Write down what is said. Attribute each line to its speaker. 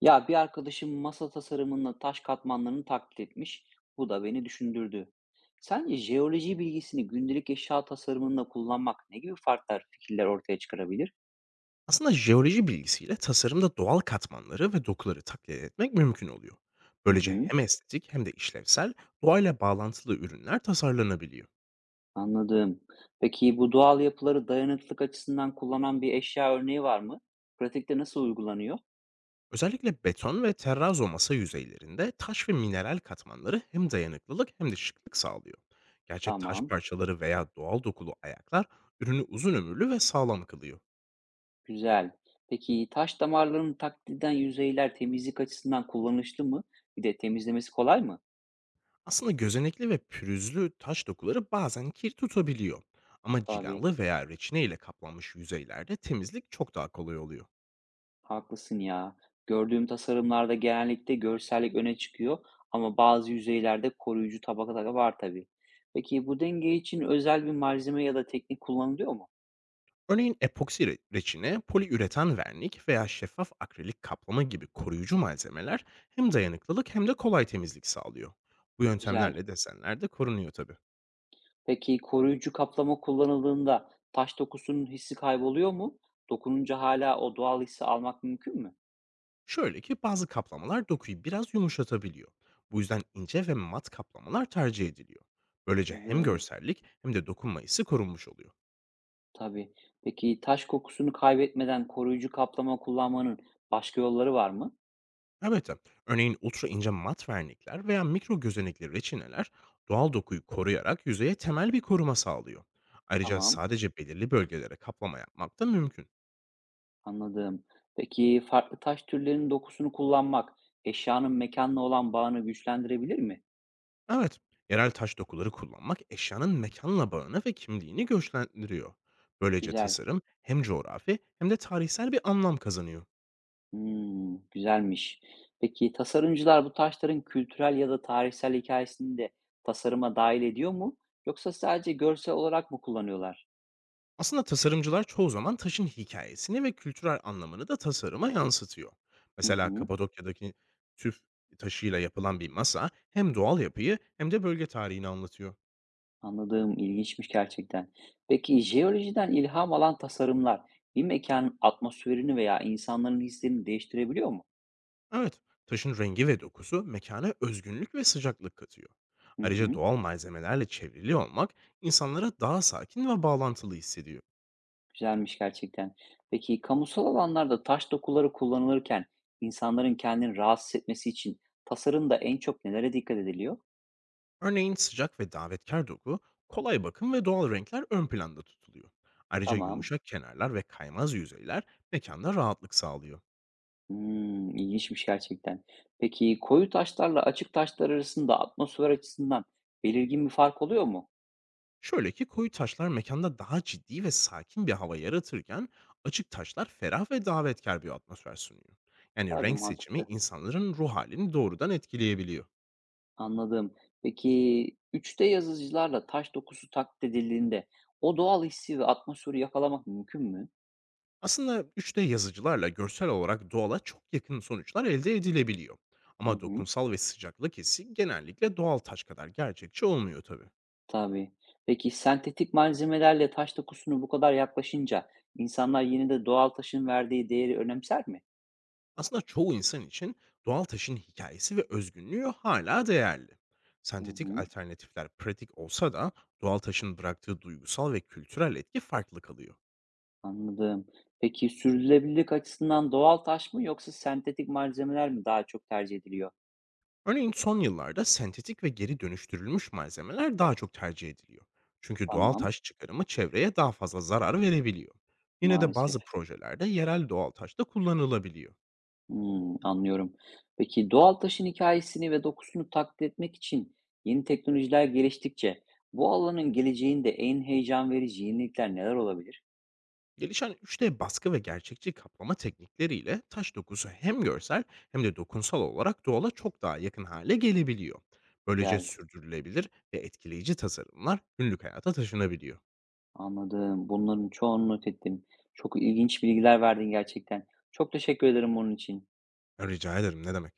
Speaker 1: Ya bir arkadaşım masa tasarımında taş katmanlarını taklit etmiş. Bu da beni düşündürdü. Sence jeoloji bilgisini gündelik eşya tasarımında kullanmak ne gibi farklar, fikirler ortaya çıkarabilir?
Speaker 2: Aslında jeoloji bilgisiyle tasarımda doğal katmanları ve dokuları taklit etmek mümkün oluyor.
Speaker 1: Hı
Speaker 2: Böylece
Speaker 1: hı,
Speaker 2: hem estetik hem de işlevsel, doğayla bağlantılı ürünler tasarlanabiliyor.
Speaker 1: anladım. Peki bu doğal yapıları dayanıklılık açısından kullanan bir eşya örneği var mı? Pratikte nasıl uygulanıyor?
Speaker 2: Özellikle beton ve terrazo masa yüzeylerinde taş ve mineral katmanları hem dayanıklılık hem de şıklık sağlıyor. Gerçek taş
Speaker 1: Tamam,
Speaker 2: parçaları veya doğal dokulu ayaklar ürünü uzun ömürlü ve sağlam kılıyor.
Speaker 1: güzel. Peki taş damarlarını taklit eden yüzeyler temizlik açısından kullanışlı mı? Bir de temizlemesi kolay mı?
Speaker 2: Aslında gözenekli ve pürüzlü taş dokuları bazen kir tutabiliyor. Ama
Speaker 1: Tabii.
Speaker 2: cilalı veya reçine ile kaplanmış yüzeylerde temizlik çok daha kolay oluyor.
Speaker 1: Haklısın ya. Gördüğüm tasarımlarda genellikle görsellik öne çıkıyor ama bazı yüzeylerde koruyucu tabaka da var tabii. Peki bu denge için özel bir malzeme ya da teknik kullanılıyor mu?
Speaker 2: Örneğin epoksi reçine, poliüretan vernik veya şeffaf akrilik kaplama gibi koruyucu malzemeler hem dayanıklılık hem de kolay temizlik sağlıyor. Bu
Speaker 1: Güzel.
Speaker 2: yöntemlerle desenler de korunuyor tabii.
Speaker 1: Peki koruyucu kaplama kullanıldığında taş dokusunun hissi kayboluyor mu? Dokununca hala o doğal hissi almak mümkün mü?
Speaker 2: Şöyle ki bazı kaplamalar dokuyu biraz yumuşatabiliyor. Bu yüzden ince ve mat kaplamalar tercih ediliyor. Böylece hem
Speaker 1: Anladım.
Speaker 2: görsellik hem de dokunma hissi korunmuş oluyor.
Speaker 1: Tabii. Peki taş kokusunu kaybetmeden koruyucu kaplama kullanmanın başka yolları var mı?
Speaker 2: Evet. Örneğin ultra ince mat vernikler veya mikro gözenekli reçineler doğal dokuyu koruyarak yüzeye temel bir koruma sağlıyor. Ayrıca
Speaker 1: Tamam.
Speaker 2: sadece belirli bölgelere kaplama yapmak da mümkün.
Speaker 1: Anladım. Peki farklı taş türlerinin dokusunu kullanmak eşyanın mekânla olan bağını güçlendirebilir mi?
Speaker 2: Evet, yerel taş dokuları kullanmak eşyanın mekanla bağını ve kimliğini güçlendiriyor. Böylece
Speaker 1: Güzel.
Speaker 2: tasarım hem coğrafi hem de tarihsel bir anlam kazanıyor.
Speaker 1: Hımm, güzelmiş. Peki tasarımcılar bu taşların kültürel ya da tarihsel hikayesini de tasarıma dâhil ediyor mu? Yoksa sadece görsel olarak mı kullanıyorlar?
Speaker 2: Aslında tasarımcılar çoğu zaman taşın hikayesini ve kültürel anlamını da tasarıma yansıtıyor.
Speaker 1: Hı
Speaker 2: Mesela
Speaker 1: hı.
Speaker 2: Kapadokya'daki tüf taşıyla yapılan bir masa hem doğal yapıyı hem de bölge tarihini anlatıyor.
Speaker 1: Anladığım, ilginçmiş gerçekten. Peki jeolojiden ilham alan tasarımlar bir mekanın atmosferini veya insanların hislerini değiştirebiliyor mu?
Speaker 2: Evet, taşın rengi ve dokusu mekana özgünlük ve sıcaklık katıyor.
Speaker 1: Hı
Speaker 2: Ayrıca
Speaker 1: hı.
Speaker 2: doğal malzemelerle çevrili olmak insanlara daha sakin ve bağlantılı hissediyor.
Speaker 1: Güzelmiş gerçekten. Peki kamusal alanlarda taş dokuları kullanılırken insanların kendini rahatsız etmesi için tasarımda en çok nelere dikkat ediliyor?
Speaker 2: Örneğin sıcak ve davetkar doku, kolay bakım ve doğal renkler ön planda tutuluyor. Ayrıca
Speaker 1: Tamam.
Speaker 2: yumuşak kenarlar ve kaymaz yüzeyler mekanda rahatlık sağlıyor.
Speaker 1: Hmm, ilginçmiş gerçekten. Peki koyu taşlarla açık taşlar arasında atmosfer açısından belirgin bir fark oluyor mu?
Speaker 2: Şöyle ki koyu taşlar mekanda daha ciddi ve sakin bir hava yaratırken açık taşlar ferah ve davetkar bir atmosfer sunuyor. Yani
Speaker 1: Tabii,
Speaker 2: renk seçimi
Speaker 1: mantıklı.
Speaker 2: insanların ruh halini doğrudan etkileyebiliyor.
Speaker 1: Anladım. Peki 3D yazıcılarla taş dokusu taklit edildiğinde o doğal hissi ve atmosferi yakalamak mümkün mü?
Speaker 2: Aslında 3D yazıcılarla görsel olarak doğala çok yakın sonuçlar elde edilebiliyor.
Speaker 1: Hı
Speaker 2: Ama
Speaker 1: hı.
Speaker 2: dokunsal ve sıcaklık hissi genellikle doğal taş kadar gerçekçi olmuyor tabii.
Speaker 1: Tabii. Peki sentetik malzemelerle taş dokusunu bu kadar yaklaşınca insanlar yine de doğal taşın verdiği değeri önemser mi?
Speaker 2: Aslında çoğu insan için doğal taşın hikayesi ve özgünlüğü hala değerli.
Speaker 1: Hı
Speaker 2: Sentetik
Speaker 1: hı,
Speaker 2: alternatifler pratik olsa da doğal taşın bıraktığı duygusal ve kültürel etki farklı kalıyor.
Speaker 1: anladım. Peki sürdürülebilirlik açısından doğal taş mı yoksa sentetik malzemeler mi daha çok tercih ediliyor?
Speaker 2: Örneğin son yıllarda sentetik ve geri dönüştürülmüş malzemeler daha çok tercih ediliyor. Çünkü doğal
Speaker 1: Tamam,
Speaker 2: taş çıkarımı çevreye daha fazla zarar verebiliyor. Yine de
Speaker 1: maalesef.
Speaker 2: bazı projelerde yerel doğal taş da kullanılabiliyor.
Speaker 1: Hmm, anlıyorum. Peki doğal taşın hikayesini ve dokusunu taklit etmek için yeni teknolojiler geliştikçe bu alanın geleceğinde en heyecan verici yenilikler neler olabilir?
Speaker 2: Gelişen 3D baskı ve gerçekçi kaplama teknikleriyle taş dokusu hem görsel hem de dokunsal olarak doğala çok daha yakın hale gelebiliyor. Böylece
Speaker 1: Güzel.
Speaker 2: sürdürülebilir ve etkileyici tasarımlar günlük hayata taşınabiliyor.
Speaker 1: Anladım. Bunların çoğunu not ettim. Çok ilginç bilgiler verdin gerçekten. Çok teşekkür ederim bunun için.
Speaker 2: Ya, rica ederim, ne demek.